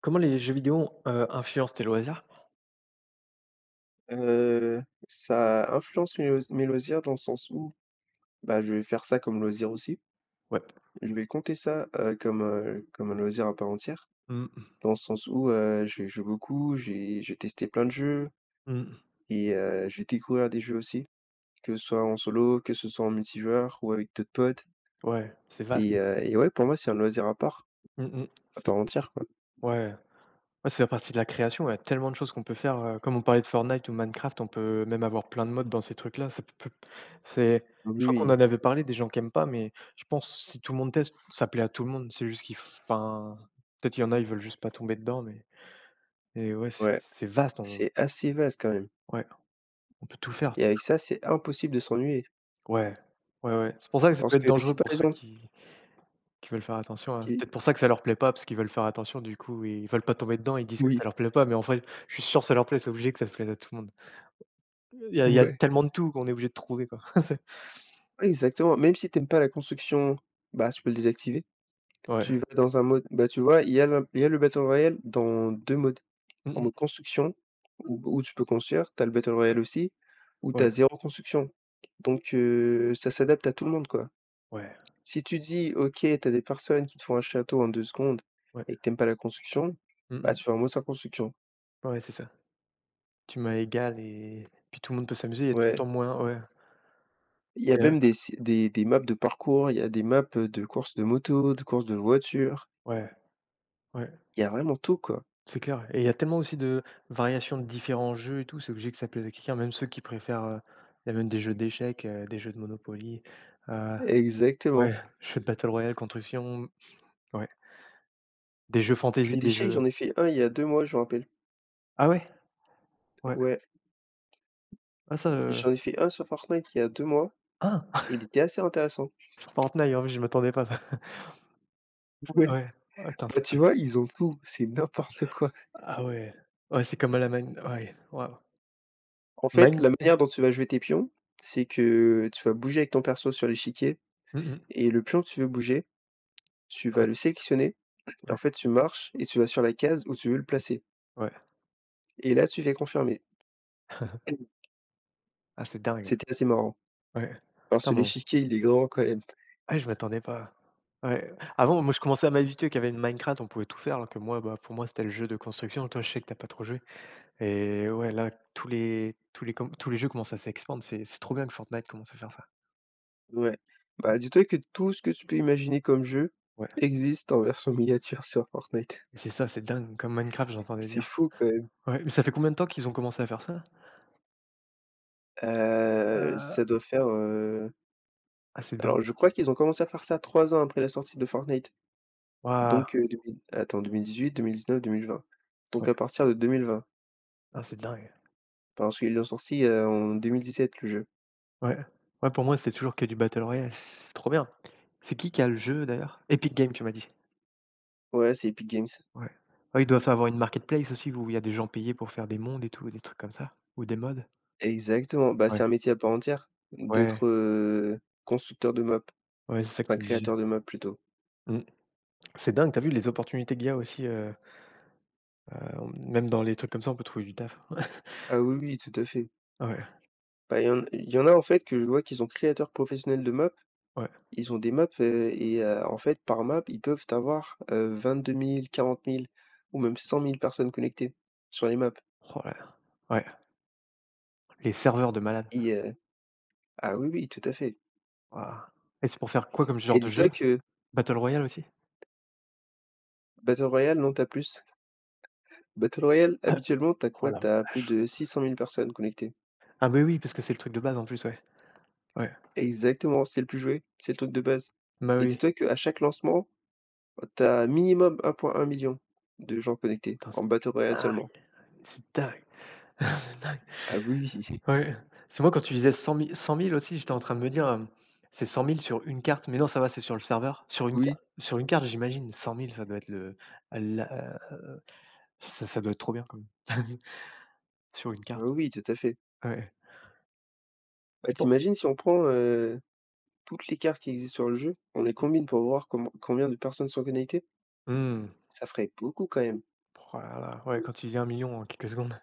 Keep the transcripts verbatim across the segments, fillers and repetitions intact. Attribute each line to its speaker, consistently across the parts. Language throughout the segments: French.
Speaker 1: Comment les jeux vidéo ont, influencent tes loisirs?
Speaker 2: Heu, Ça influence mes lois- mes loisirs dans le sens où, bah, je vais faire ça comme loisir aussi.
Speaker 1: Ouais.
Speaker 2: Je vais compter ça, heu, comme, heu, comme un loisir à part entière,
Speaker 1: Mmh mh.
Speaker 2: dans le sens où, heu, je joue beaucoup, j'ai j'ai testé plein de jeux
Speaker 1: Mmh.
Speaker 2: et heu, je vais découvrir des jeux aussi, que ce soit en solo, que ce soit en multijoueur ou avec d'autres potes
Speaker 1: Ouais, c'est vaste.
Speaker 2: et heu et ouais, pour moi, c'est un loisir à part,
Speaker 1: Mmh mh.
Speaker 2: à part entière, quoi.
Speaker 1: Ouais. Ouais, ça fait partie de la création, il y a tellement de choses qu'on peut faire, heu, comme on parlait de Fortnite ou Minecraft, on peut même avoir plein de modes dans ces trucs-là. Ça peut c'est Je crois qu'on
Speaker 2: Oui,
Speaker 1: en avait parlé, des gens qui aiment pas, mais je pense que si tout le monde teste, ça plaît à tout le monde. C'est juste qu'il f enfin, peut-être il y en a, ils veulent juste pas tomber dedans, mais et ouais, c'est
Speaker 2: ouais,
Speaker 1: c'est vaste, on
Speaker 2: c'est assez vaste quand même
Speaker 1: ouais, on peut tout faire.
Speaker 2: et avec ça, c'est impossible de s'ennuyer
Speaker 1: Ouais. Ouais, ouais. C'est pour ça que ça
Speaker 2: parce
Speaker 1: peut être
Speaker 2: que si
Speaker 1: dangereux
Speaker 2: par
Speaker 1: pour ceux
Speaker 2: exemple,
Speaker 1: qui Qui veulent faire attention. À
Speaker 2: qui
Speaker 1: peut-être pour ça que ça leur plaît pas, parce qu'ils veulent faire attention, du coup, ils veulent pas tomber dedans, ils disent que ça
Speaker 2: oui,
Speaker 1: leur plaît pas, mais en vrai, je suis sûr que ça leur plaît, c'est obligé que ça plaise à tout le monde. Il y a il y a
Speaker 2: ouais.
Speaker 1: tellement de tout qu'on est obligé de trouver, quoi.
Speaker 2: Exactement, même si t'aimes pas la construction, bah, tu peux le désactiver.
Speaker 1: Ouais.
Speaker 2: Tu vas dans un mode, bah, tu vois, il y a le il y a le Battle Royale dans deux modes.
Speaker 1: Mmh
Speaker 2: En
Speaker 1: mh.
Speaker 2: mode construction, où où tu peux construire, t'as le Battle
Speaker 1: Ouais,
Speaker 2: Royale aussi, où
Speaker 1: ouais,
Speaker 2: t'as zéro construction. Donc, heu, ça s'adapte à tout le monde, quoi.
Speaker 1: ouais,
Speaker 2: Si tu dis: «OK, t'as des personnes qui te font un château en deux secondes
Speaker 1: ouais.
Speaker 2: et que t'aimes pas la construction»,
Speaker 1: Mmh
Speaker 2: bah,
Speaker 1: mh.
Speaker 2: tu fais en mode sans construction.
Speaker 1: Ouais, c'est ça. Tu m'as égal, et puis tout le monde peut s'amuser, il y a tout le
Speaker 2: Ouais,
Speaker 1: temps moyen, ouais.
Speaker 2: il y a
Speaker 1: Il y a
Speaker 2: même des si des des maps de parcours, il y a des maps de courses de moto, de courses de voiture,
Speaker 1: ouais, ouais,
Speaker 2: il y a vraiment tout, quoi.
Speaker 1: c'est clair, ouais. Et il y a tellement aussi de variations de différents jeux et tout, c'est obligé que ça plaise à quelqu'un, même ceux qui préfèrent, heu, il y a même des jeux d'échecs, heu, des jeux de Monopoly, heu,
Speaker 2: Exactement.
Speaker 1: ouais, jeux de battle royale, construction. Ouais. Des jeux
Speaker 2: Je
Speaker 1: fantasy,
Speaker 2: dis
Speaker 1: des jeux
Speaker 2: j'en ai fait un il y a deux mois, je me rappelle.
Speaker 1: ah ouais? Ouais.
Speaker 2: Ouais,
Speaker 1: Ah ça, heu
Speaker 2: j'en ai fait un sur Fortnite il y a deux mois
Speaker 1: ah!
Speaker 2: et il était assez intéressant.
Speaker 1: Fortnite, en fait, je m'attendais pas à ça.
Speaker 2: Ouais,
Speaker 1: Ouais. Attends,
Speaker 2: bah,
Speaker 1: c'est pas
Speaker 2: tu vois, ils ont tout, c'est
Speaker 1: ah,
Speaker 2: n'importe quoi.
Speaker 1: ah ouais. Ouais, c'est comme à la mine, ouais, waouh.
Speaker 2: En fait,
Speaker 1: Mine
Speaker 2: la manière dont tu vas jouer tes pions, c'est que tu vas bouger avec ton perso sur l'échiquier
Speaker 1: mmh mh.
Speaker 2: et le pion que tu veux bouger, tu vas
Speaker 1: Ouais,
Speaker 2: le sélectionner, et en
Speaker 1: ouais,
Speaker 2: fait, tu marches et tu vas sur la case où tu veux le placer
Speaker 1: ouais.
Speaker 2: et là, tu fais confirmer.
Speaker 1: Ah, c'est dingue.
Speaker 2: C'était assez marrant
Speaker 1: Ouais.
Speaker 2: parce
Speaker 1: Putain,
Speaker 2: que
Speaker 1: mais on
Speaker 2: l'échiquier, il est grand quand même.
Speaker 1: ouais, je m'attendais pas. Ouais. Avant, moi, je commençais à m'habituer qu'il y qu'avec Minecraft, on pouvait tout faire, alors que moi, bah, pour moi, c'était le jeu de construction. Toi, je sais que tu as pas trop joué, et ouais, là, tous les tous les com tous les jeux commencent à s'expandre. C'est c'est trop bien que Fortnite commence à faire ça.
Speaker 2: Ouais. Bah, dis-toi que tout ce que tu peux imaginer comme jeu
Speaker 1: Ouais,
Speaker 2: existe en version miniature sur Fortnite.
Speaker 1: et c'est ça, c'est dingue. Comme Minecraft, j'entendais
Speaker 2: C'est
Speaker 1: dire.
Speaker 2: fou quand même.
Speaker 1: Ouais, mais ça fait combien de temps qu'ils ont commencé à faire ça?
Speaker 2: Heu,
Speaker 1: Heu
Speaker 2: ça doit faire, heu,
Speaker 1: Ah, c'est dingue.
Speaker 2: alors je crois qu'ils ont commencé à faire ça trois ans après la sortie de Fortnite.
Speaker 1: Waouh!
Speaker 2: Donc, heu, deux mille attends, deux mille dix-huit-deux mille dix-neuf-deux mille vingt. Donc
Speaker 1: Ouais,
Speaker 2: à partir de deux mille vingt,
Speaker 1: ah, c'est dingue.
Speaker 2: parce qu'ils l'ont sorti, heu, en deux mille dix-sept, le jeu.
Speaker 1: Ouais. Ouais, pour moi, c'était toujours que du battle royale. C'est trop bien. C'est qui qui a le jeu d'ailleurs? Epic Games, tu m'as dit?
Speaker 2: Ouais, c'est Epic Games.
Speaker 1: Ouais. Ouais, ils doivent avoir une marketplace aussi, où il y a des gens payés pour faire des mondes et tout, des trucs comme ça? Ou des mods?
Speaker 2: Exactement, bah, c'est
Speaker 1: Ouais,
Speaker 2: un métier à part entière
Speaker 1: ouais,
Speaker 2: d'être, heu, constructeur de map,
Speaker 1: ouais, c'est ça que
Speaker 2: enfin
Speaker 1: tu me disais.
Speaker 2: créateur de map plutôt.
Speaker 1: Mmh. C'est dingue, t'as vu les opportunités qu'il y a aussi, heu heu, même dans les trucs comme ça, on peut trouver du taf.
Speaker 2: Ah oui, oui, tout à fait.
Speaker 1: Ouais,
Speaker 2: Bah, il y en il y en a en fait que je vois qu'ils sont créateurs professionnels de maps.
Speaker 1: ouais.
Speaker 2: Ils ont des maps, heu et heu, en fait par map, ils peuvent avoir vingt deux mille, quarante mille ou même cent mille personnes connectées sur les maps,
Speaker 1: Oh là là. Ouais, les serveurs de malades.
Speaker 2: et heu ah oui, oui, tout à fait.
Speaker 1: Waouh. Et c'est pour faire quoi comme genre
Speaker 2: Et
Speaker 1: de
Speaker 2: dis-toi
Speaker 1: jeu?
Speaker 2: que
Speaker 1: Battle royale aussi?
Speaker 2: Battle Royale, non, t'as plus. Battle Royale,
Speaker 1: Ah,
Speaker 2: habituellement, t'as
Speaker 1: oh
Speaker 2: quoi?
Speaker 1: la
Speaker 2: T'as plus
Speaker 1: vache!
Speaker 2: de six cent mille personnes connectées.
Speaker 1: Ah beh, oui, parce que c'est le truc de base en plus, ouais. Ouais.
Speaker 2: Exactement, c'est le plus joué, c'est le truc de base,
Speaker 1: Bah,
Speaker 2: et
Speaker 1: oui.
Speaker 2: dis-toi qu'à chaque lancement, t'as minimum un minimum un million de gens connectés
Speaker 1: Putain,
Speaker 2: en Battle
Speaker 1: c'est
Speaker 2: Royale
Speaker 1: dingue,
Speaker 2: seulement.
Speaker 1: c'est dingue, c'est dingue.
Speaker 2: Ah oui,
Speaker 1: Ouais, c'est moi, quand tu disais cent mille- cent mille aussi, j'étais en train de me dire, hem, c'est cent mille sur une carte, mais non, ça va, c'est sur le serveur. Sur une
Speaker 2: oui.
Speaker 1: carte sur une carte, j'imagine cent mille, ça doit être le la ça ça doit être trop bien quand même. Sur une
Speaker 2: Ah
Speaker 1: carte.
Speaker 2: oui, tout à fait.
Speaker 1: Ouais.
Speaker 2: Bah,
Speaker 1: Tu penses
Speaker 2: t'imagines si on prend, heu, toutes les cartes qui existent sur le jeu, on les combine pour voir comb combien de personnes sont connectées?
Speaker 1: mmh.
Speaker 2: Ça ferait beaucoup quand même.
Speaker 1: Oh ouais, quand tu dis un million en quelques secondes.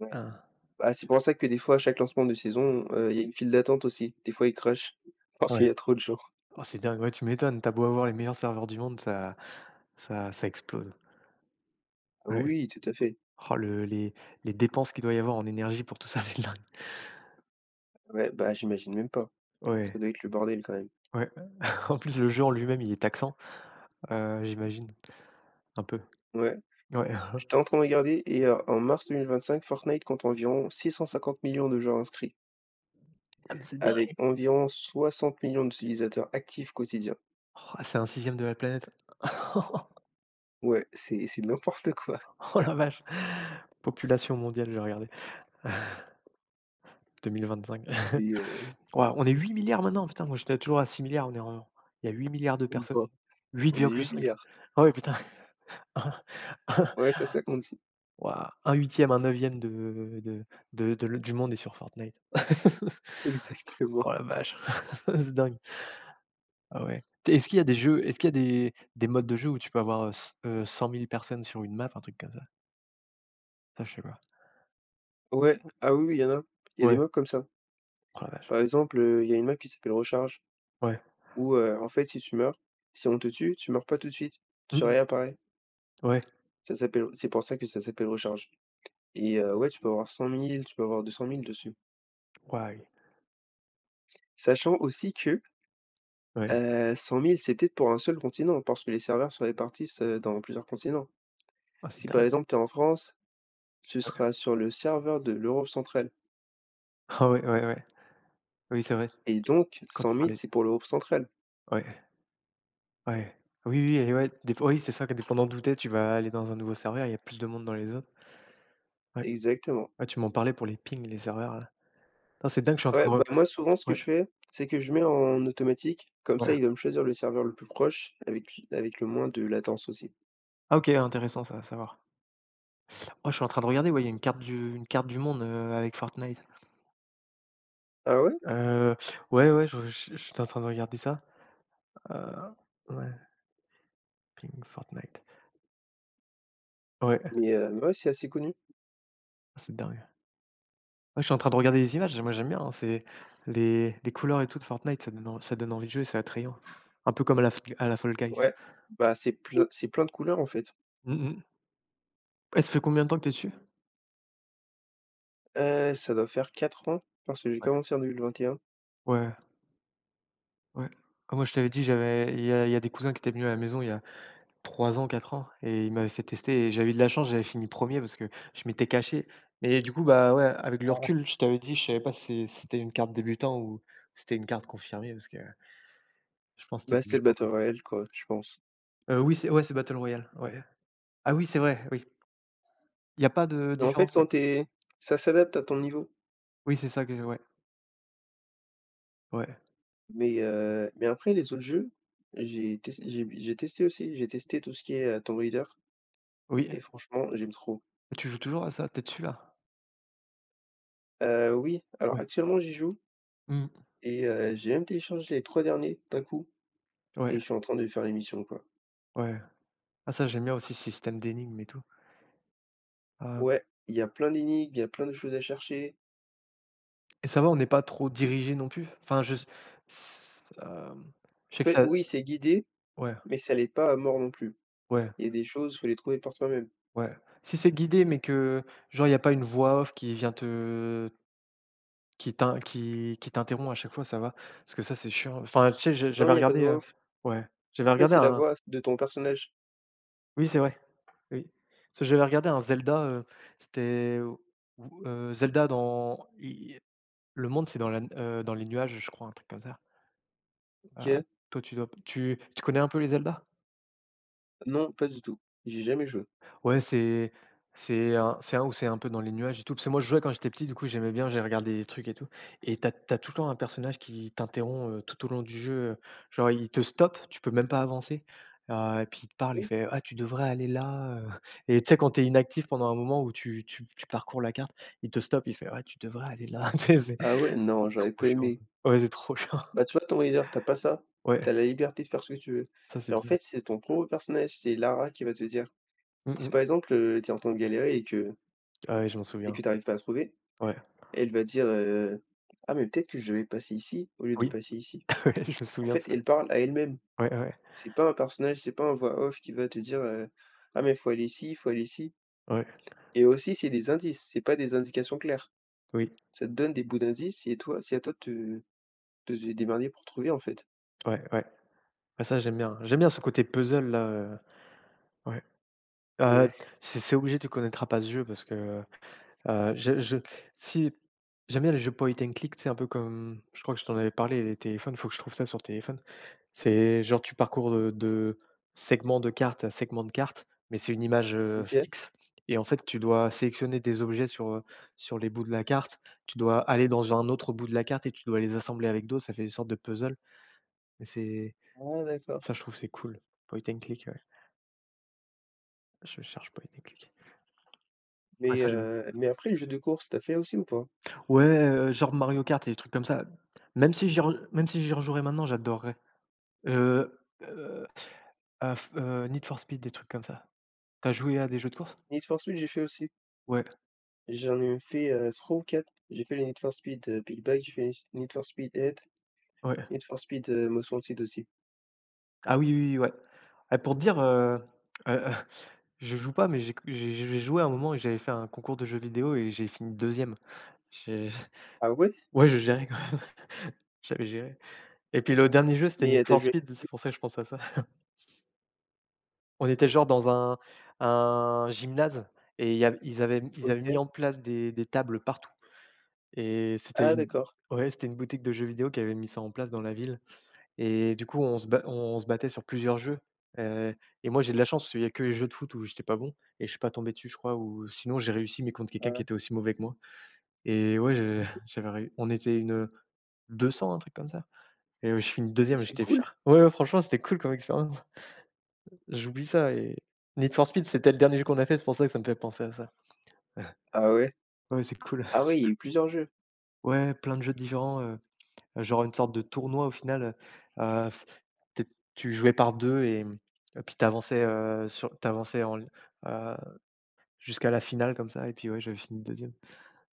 Speaker 2: Ouais.
Speaker 1: Hein.
Speaker 2: Bah, c'est pour ça que des fois, à chaque lancement de saison, heu, il y a une file d'attente aussi. Des fois, ils crashent parce qu'il
Speaker 1: Ouais.
Speaker 2: y a trop de gens.
Speaker 1: Oh, c'est dingue, ouais, tu m'étonnes, t'as beau avoir les meilleurs serveurs du monde, ça ça ça explose.
Speaker 2: Ah
Speaker 1: Ouais.
Speaker 2: Oui, tout à fait.
Speaker 1: Oh, le les les dépenses qu'il doit y avoir en énergie pour tout ça, c'est dingue.
Speaker 2: Ouais, bah, j'imagine même pas. Ça
Speaker 1: Ouais,
Speaker 2: doit être le bordel quand même.
Speaker 1: ouais. En plus, le jeu en lui-même, il est taxant, heu, j'imagine, un peu.
Speaker 2: Ouais.
Speaker 1: Ouais.
Speaker 2: J'étais en train de regarder et heu, en mars deux mille vingt-cinq, Fortnite compte environ six cent cinquante millions de joueurs inscrits,
Speaker 1: Ah mais c'est
Speaker 2: avec
Speaker 1: dingue!
Speaker 2: environ soixante millions d'utilisateurs actifs quotidiens.
Speaker 1: Oh, c'est un sixième de la planète.
Speaker 2: Ouais, c'est c'est n'importe quoi.
Speaker 1: Oh la vache! Population mondiale, j'ai regardé. Deux mille vingt-cinq.
Speaker 2: Les, heu,
Speaker 1: Waouh, on est huit milliards maintenant, putain, moi j'étais toujours à six milliards. On est en Il y a huit milliards
Speaker 2: les
Speaker 1: zéro zéro zéro zéro zéro zéro de personnes.
Speaker 2: grands, on est huit
Speaker 1: huit virgule cinq.
Speaker 2: milliards.
Speaker 1: Ah ouais, putain.
Speaker 2: Ouais, c'est ça qu'on dit.
Speaker 1: Waouh, un huitième, un neuvième de de de de du monde est sur Fortnite.
Speaker 2: Exactement.
Speaker 1: Oh la vache, c'est dingue. Ah ouais. T est-ce qu'il y a des jeux est-ce qu'il y a des des modes de jeu où tu peux avoir, heu, c heu, cent mille personnes sur une map, un truc comme ça? Ça, je sais pas.
Speaker 2: Ouais, ah oui, oui, il y en a. Il y a des
Speaker 1: Ouais.
Speaker 2: mobs comme ça.
Speaker 1: Oh la vache.
Speaker 2: Par exemple, heu, il y a une map qui s'appelle Recharge
Speaker 1: Ouais.
Speaker 2: où, heu, en fait, si tu meurs, si on te tue, tu meurs pas tout de suite,
Speaker 1: Mmh
Speaker 2: tu
Speaker 1: mh.
Speaker 2: réapparais.
Speaker 1: Ouais.
Speaker 2: Ça s'appelle c'est pour ça que ça s'appelle Recharge. Et heu, ouais, tu peux avoir cent mille, tu peux avoir deux cent mille dessus. Sachant aussi que,
Speaker 1: Ouais.
Speaker 2: heu, cent mille, c'est peut-être pour un seul continent parce que les serveurs se répartissent, heu, dans plusieurs continents.
Speaker 1: Ah, c'est
Speaker 2: Si, par
Speaker 1: dingue.
Speaker 2: exemple, tu es en France, tu
Speaker 1: Ouais.
Speaker 2: seras sur le serveur de l'Europe centrale.
Speaker 1: Ah ouais, ouais, ouais. Oui, c'est vrai.
Speaker 2: Et donc
Speaker 1: Quand
Speaker 2: cent
Speaker 1: tu
Speaker 2: mille,
Speaker 1: parlais
Speaker 2: c'est pour l'Europe centrale.
Speaker 1: ouais, ouais. Oui, oui et ouais, dép oui, c'est ça, que dépendant d'où tu es, tu vas aller dans un nouveau serveur, il y a plus de monde dans les autres. Ouais.
Speaker 2: Exactement.
Speaker 1: Ouais, tu m'en parlais pour les pings, les serveurs là. Putain, c'est dingue, je suis en train
Speaker 2: Ouais,
Speaker 1: de
Speaker 2: bah,
Speaker 1: re
Speaker 2: moi, souvent, ce que
Speaker 1: ouais,
Speaker 2: je fais, c'est que je mets en automatique. Comme ça,
Speaker 1: ouais.
Speaker 2: il va me choisir le serveur le plus proche, avec avec le moins de latence aussi.
Speaker 1: Ah OK, intéressant ça à savoir. Oh, je suis en train de regarder, ouais, il y a une carte du une carte du monde, heu, avec Fortnite.
Speaker 2: Ah ouais?
Speaker 1: Heu, ouais, ouais, je je j'étais en train de regarder ça. Heu, ouais, Ping Fortnite. Ouais, ah,
Speaker 2: Mais heu, mais ouais, c'est assez connu.
Speaker 1: c'est dingue. Ouais, je suis en train de regarder les images, moi j'aime bien, hein, c'est les les couleurs et tout de Fortnite, ça donne en ça donne envie de jouer, c'est attrayant. Un peu comme à la F à la Fall Guys.
Speaker 2: Ouais. Bah, c'est plein c'est plein de couleurs, en fait.
Speaker 1: Mmh mh. Eh, ça fait combien de temps que t'es es dessus?
Speaker 2: Heu, ça doit faire quatre ans parce que j'ai
Speaker 1: Ouais.
Speaker 2: commencé en deux mille vingt et un.
Speaker 1: Ouais, ouais. Ah moi je t'avais dit, j'avais il y a il y a des cousins qui étaient venus à la maison il y a trois ans, quatre ans, et il m'avait fait tester et j'avais eu de la chance, j'avais fini premier parce que je m'étais caché. Mais du coup, bah, ouais, avec le recul, je t'avais dit, je savais pas si c'était une carte débutant ou c'était une carte confirmée, parce que je pense que
Speaker 2: Bah,
Speaker 1: c'était
Speaker 2: c'était le
Speaker 1: débutant,
Speaker 2: Battle
Speaker 1: quoi.
Speaker 2: Royale, quoi, je pense.
Speaker 1: Heu, oui, c'est ouais, c'est battle royale, ouais. Ah oui, c'est vrai, oui. Il y a pas de
Speaker 2: Mais en fait,
Speaker 1: différence
Speaker 2: quand
Speaker 1: entre.
Speaker 2: t'es, ça s'adapte à ton niveau.
Speaker 1: Oui, c'est ça, que ouais, ouais,
Speaker 2: Mais heu, mais après les autres jeux, j'ai tes j'ai j'ai testé aussi. J'ai testé tout ce qui est, heu, Tomb Raider.
Speaker 1: oui.
Speaker 2: Et franchement, j'aime trop.
Speaker 1: Tu joues toujours à ça? T'es dessus, là?
Speaker 2: Heu, oui, alors
Speaker 1: Ouais.
Speaker 2: actuellement, j'y joue
Speaker 1: Mmh.
Speaker 2: et heu, j'ai même téléchargé les trois derniers d'un coup
Speaker 1: Ouais,
Speaker 2: et je suis en train de faire les missions, quoi.
Speaker 1: ouais. Ah ça, j'aime bien aussi ce système d'énigmes et tout. Heu
Speaker 2: Ouais, il y a plein d'énigmes, il y a plein de choses à chercher.
Speaker 1: et ça va, on n'est pas trop dirigé non plus? Enfin, je s hem,
Speaker 2: En
Speaker 1: je sais que
Speaker 2: fait,
Speaker 1: ça.
Speaker 2: oui, c'est guidé,
Speaker 1: Ouais,
Speaker 2: mais ça l'est pas à mort non plus.
Speaker 1: ouais,
Speaker 2: Il y a des choses, faut les trouver par toi-même.
Speaker 1: ouais. Si c'est guidé, mais que genre il y a pas une voix off qui vient te qui t'in qui qui t'interrompt à chaque fois, ça va? Parce que ça, c'est chiant. Enfin, tu sais, je
Speaker 2: Non,
Speaker 1: j'avais
Speaker 2: il n'y a pas de
Speaker 1: regardé,
Speaker 2: voix
Speaker 1: heu
Speaker 2: off.
Speaker 1: ouais,
Speaker 2: En
Speaker 1: j'avais
Speaker 2: fait,
Speaker 1: regardé
Speaker 2: c'est la
Speaker 1: un
Speaker 2: voix de ton personnage.
Speaker 1: oui, c'est vrai, oui. Parce que j'avais regardé un Zelda, heu, c'était ou ou, heu, Zelda dans i le monde, c'est dans la heu, dans les nuages, je crois, un truc comme ça. Heu,
Speaker 2: OK.
Speaker 1: toi, tu dois tu tu connais un peu les Zelda?
Speaker 2: Non, pas du tout. J'ai jamais joué.
Speaker 1: Ouais, c'est c'est un c'est un où c'est un peu dans les nuages et tout. Parce que moi, je jouais quand j'étais petit, du coup, j'aimais bien, j'ai regardé des trucs et tout. Et t'as t'as tout le temps un personnage qui t'interrompt, heu, tout au long du jeu, heu, genre il te stoppe, tu peux même pas avancer, heu et puis il te parle, il fait: «Ah, tu devrais aller là, heu» et tu sais, quand t'es inactif pendant un moment où tu tu tu parcours la carte, il te stoppe, il fait: «Ouais, tu devrais aller là». Tu sais, c'est
Speaker 2: Ah ouais? Non, j'aurais
Speaker 1: trop
Speaker 2: pas
Speaker 1: chiant ça.
Speaker 2: aimé.
Speaker 1: Ouais, c'est trop chiant.
Speaker 2: Bah, tu vois, ton Raider, t'as pas ça.
Speaker 1: Ouais,
Speaker 2: T'as la liberté de faire ce que tu veux
Speaker 1: ça, c'est
Speaker 2: et en
Speaker 1: bien.
Speaker 2: fait, c'est ton propre personnage, c'est Lara qui va te dire.
Speaker 1: Mmh
Speaker 2: Si
Speaker 1: mh.
Speaker 2: par exemple, heu, t'es en train de galérer et que
Speaker 1: Ah ouais, je m'en
Speaker 2: et
Speaker 1: souviens.
Speaker 2: que t'arrives pas à trouver,
Speaker 1: Ouais.
Speaker 2: elle va dire, heu: «Ah mais peut-être que je vais passer ici au lieu de
Speaker 1: Oui,
Speaker 2: passer ici».
Speaker 1: ouais, je me
Speaker 2: En
Speaker 1: souviens de
Speaker 2: fait,
Speaker 1: ça.
Speaker 2: elle parle à elle-même.
Speaker 1: Ouais, ouais,
Speaker 2: C'est pas un personnage, c'est pas un voix off qui va te dire, heu: «Ah mais faut aller ici, faut aller ici».
Speaker 1: ouais.
Speaker 2: Et aussi c'est des indices, c'est pas des indications claires.
Speaker 1: Oui.
Speaker 2: Ça te donne des bouts d'indices et toi c'est à toi de te de te démerder pour trouver, en fait.
Speaker 1: Ouais, ouais. Ah ça, j'aime bien. J'aime bien ce côté puzzle là, heu, ouais. Heu,
Speaker 2: Ouais,
Speaker 1: c'est c'est obligé, tu connaîtras pas ce jeu, parce que, heu, je je si, j'aime bien les jeux point and click, c'est un peu comme, je crois que je t'en avais parlé, les téléphones, faut que je trouve ça sur téléphone. C'est genre tu parcours, heu, de segment de carte à segment de carte, mais c'est une image, heu,
Speaker 2: OK.
Speaker 1: fixe, et en fait, tu dois sélectionner des objets sur, heu, sur les bouts de la carte. Tu dois aller dans un autre bout de la carte et tu dois les assembler avec d'autres. Ça fait une sorte de puzzle. Mais c'est
Speaker 2: Ah d'accord.
Speaker 1: ça, je trouve, c'est cool. Point and click, ouais. Je cherche Point& and Click. Ouais,
Speaker 2: Mais
Speaker 1: ça j'aime.
Speaker 2: heu, mais après le jeu de course, t'as fait aussi ou pas?
Speaker 1: Ouais, heu, genre Mario Kart et des trucs comme ça. Même si j'y re même si j'y rejouerais maintenant, j'adorerais. Heu heu heu, f heu, Need for Speed, des trucs comme ça. Tu as joué à des jeux de course?
Speaker 2: Need for Speed, j'ai fait aussi.
Speaker 1: Ouais,
Speaker 2: J'en ai fait, heu, trois ou quatre. J'ai fait les Need for Speed, heu, Big Bang, j'ai fait s Need for Speed Head
Speaker 1: ouais.
Speaker 2: Need for Speed, heu, Most Wanted aussi.
Speaker 1: Ah oui, oui, oui, ouais. Ah, pour te dire, heu heu, heu, je joue pas, mais j'ai q j'ai j'ai joué à un moment et j'avais fait un concours de jeux vidéo et j'ai fini deuxième. J'ai
Speaker 2: Ah ouais?
Speaker 1: ouais, je gérais quand même, j'avais géré. Et puis le dernier jeu, c'était
Speaker 2: Mais,
Speaker 1: Need
Speaker 2: heu, tu
Speaker 1: for
Speaker 2: joué?
Speaker 1: Speed, c'est pour ça que je pense à ça. On était genre dans un un gymnase et il y av ils avaient ils avaient mis
Speaker 2: OK.
Speaker 1: en place des des tables partout et c'était
Speaker 2: Ah
Speaker 1: une
Speaker 2: d'accord.
Speaker 1: ouais, c'était une boutique de jeux vidéo qui avait mis ça en place dans la ville et du coup, on se ba on se battait sur plusieurs jeux, heu et moi, j'ai de la chance parce qu'il y a que les jeux de foot où j'étais pas bon et je suis pas tombé dessus, je crois, ou sinon j'ai réussi, mais contre
Speaker 2: Ouais,
Speaker 1: quelqu'un qui
Speaker 2: ouais.
Speaker 1: était aussi mauvais que moi et ouais, je j'avais réu on était une, heu, deux cents, un truc comme ça et euh, je finis deuxième,
Speaker 2: C'est
Speaker 1: j'étais
Speaker 2: cool.
Speaker 1: fier. Ouais, ouais, franchement, c'était cool comme expérience. J'oublie ça et Need for Speed, c'était le dernier jeu qu'on a fait, c'est pour ça que ça me fait penser à ça.
Speaker 2: Ah ouais.
Speaker 1: Ouais, c'est cool.
Speaker 2: Ah ouais, il y a eu plusieurs jeux.
Speaker 1: Ouais, plein de jeux différents, heu, euh, genre une sorte de tournoi au final, heu, heu, s tu é tu jouais par deux et mmh, et puis tu avançais, heu, sur tu avançais en l heu, jusqu'à la finale comme ça et puis ouais, j'avais fini deuxième.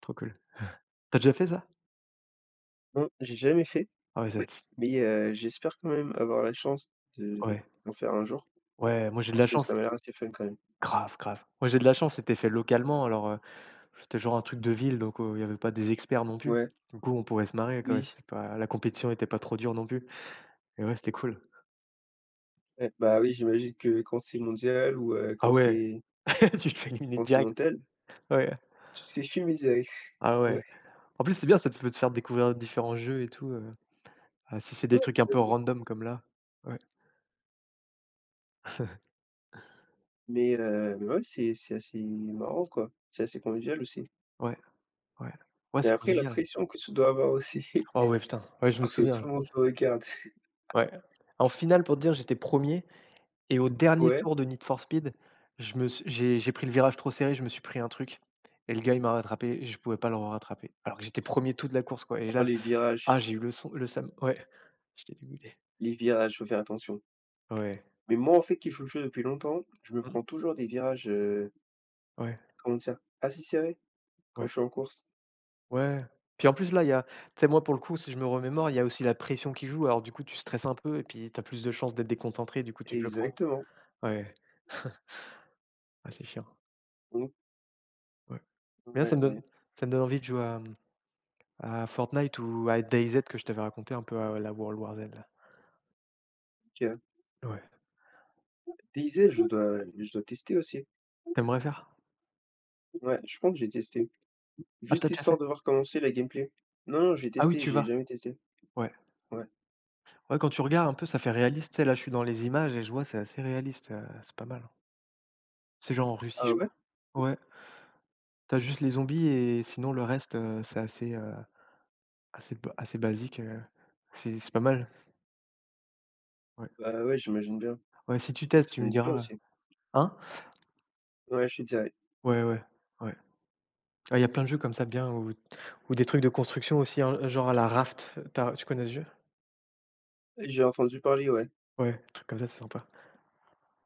Speaker 1: Trop cool. Tu as déjà fait ça?
Speaker 2: Non, j'ai jamais fait,
Speaker 1: Ah ouais, ça t
Speaker 2: mais, heu, j'espère quand même avoir la chance de
Speaker 1: ouais,
Speaker 2: d'en faire un jour,
Speaker 1: ouais, moi j'ai de
Speaker 2: parce
Speaker 1: la
Speaker 2: que ça
Speaker 1: chance.
Speaker 2: m'a l'air assez fun quand même.
Speaker 1: Grave, grave. Moi j'ai de la chance, c'était fait localement alors, heu c'était genre un truc de ville, donc heu, il y avait pas des experts non plus.
Speaker 2: Ouais,
Speaker 1: Du coup, on pourrait se marrer quoi,
Speaker 2: oui,
Speaker 1: c'est pas la compétition était pas trop dure non plus et ouais, c'était cool.
Speaker 2: ouais, bah oui, j'imagine que quand c'est mondial ou, heu,
Speaker 1: Ah
Speaker 2: quand
Speaker 1: ouais,
Speaker 2: c'est
Speaker 1: tu te fais éliminer direct.
Speaker 2: continental,
Speaker 1: Ouais.
Speaker 2: tu te fais fumiser avec.
Speaker 1: Ah ouais.
Speaker 2: Ouais.
Speaker 1: En plus, c'est bien, ça te peut te faire découvrir différents jeux et tout, heu, ah si c'est des
Speaker 2: Ouais.
Speaker 1: trucs un peu random comme là. Ouais,
Speaker 2: Mais heu, mais ouais, c'est c'est assez marrant, quoi. C'est assez convivial aussi.
Speaker 1: ouais, ouais. Ouais,
Speaker 2: Mais
Speaker 1: c'est
Speaker 2: après, la
Speaker 1: convivial.
Speaker 2: pression que tu dois avoir aussi,
Speaker 1: Ah ouais, putain, ouais, je me
Speaker 2: parce que tout
Speaker 1: souviens.
Speaker 2: le monde te regarde.
Speaker 1: Ouais. En finale, pour te dire, j'étais premier. Et au dernier
Speaker 2: Ouais,
Speaker 1: tour de Need for Speed, je me suis j'ai j'ai pris le virage trop serré, je me suis pris un truc et le gars, il m'a rattrapé et je pouvais pas le rattraper. Alors que j'étais premier tout de la course, quoi, et
Speaker 2: oh
Speaker 1: là,
Speaker 2: les
Speaker 1: ah,
Speaker 2: virages,
Speaker 1: j'ai eu le son le sam ouais, j'étais dégoûté.
Speaker 2: les virages, faut faire attention.
Speaker 1: Ouais.
Speaker 2: Mais moi, en fait, qui joue le jeu depuis longtemps, je me
Speaker 1: Mmh.
Speaker 2: prends toujours des virages, heu,
Speaker 1: Ouais,
Speaker 2: comment dire? Assez serrés quand
Speaker 1: ouais,
Speaker 2: je suis en course.
Speaker 1: ouais. Puis en plus, là, il y a tu sais, moi, pour le coup, si je me remémore, il y a aussi la pression qui joue. Alors du coup, tu stresses un peu et puis tu as plus de chances d'être déconcentré, du coup, tu te le prends.
Speaker 2: Exactement.
Speaker 1: Ouais, ah, c'est chiant,
Speaker 2: Mmh.
Speaker 1: ouais. Mais là,
Speaker 2: Ouais,
Speaker 1: ça me donne
Speaker 2: ouais,
Speaker 1: ça me donne envie de jouer à, mmh, à Fortnite ou à DayZ que je t'avais raconté un peu, à la World War Z, là.
Speaker 2: nickel.
Speaker 1: Ouais.
Speaker 2: Diesel, je dois je dois tester aussi.
Speaker 1: T'aimerais faire?
Speaker 2: Ouais, je pense que j'ai testé.
Speaker 1: Ah, t'as
Speaker 2: Juste
Speaker 1: déjà
Speaker 2: histoire
Speaker 1: fait?
Speaker 2: de voir comment c'est la gameplay. Non, non, j'ai
Speaker 1: Ah oui,
Speaker 2: testé,
Speaker 1: tu
Speaker 2: j'ai
Speaker 1: vas?
Speaker 2: jamais testé.
Speaker 1: Ouais.
Speaker 2: Ouais.
Speaker 1: Ouais, quand tu regardes un peu, ça fait réaliste, tu sais, là, je suis dans les images et je vois, c'est assez réaliste, heu, c'est pas mal, hein. C'est genre en Russie,
Speaker 2: Ah
Speaker 1: je
Speaker 2: ouais?
Speaker 1: crois. Ouais. T'as juste les zombies et sinon le reste, heu, c'est assez, heu, assez b assez basique, heu, c'est c'est pas mal. Ouais.
Speaker 2: Bah ouais, j'imagine bien.
Speaker 1: Ouais, si tu testes,
Speaker 2: Ça
Speaker 1: tu
Speaker 2: doit
Speaker 1: me
Speaker 2: être bien
Speaker 1: diras, ouais,
Speaker 2: aussi.
Speaker 1: hein?
Speaker 2: Ouais, je suis direct.
Speaker 1: Ouais, ouais, ouais. Ah, il y a plein de jeux comme ça bien, ou ou des trucs de construction aussi, hein, genre à la Raft. T'as, tu connais ce jeu?
Speaker 2: J'ai entendu parler, ouais.
Speaker 1: Ouais, truc comme ça, c'est sympa.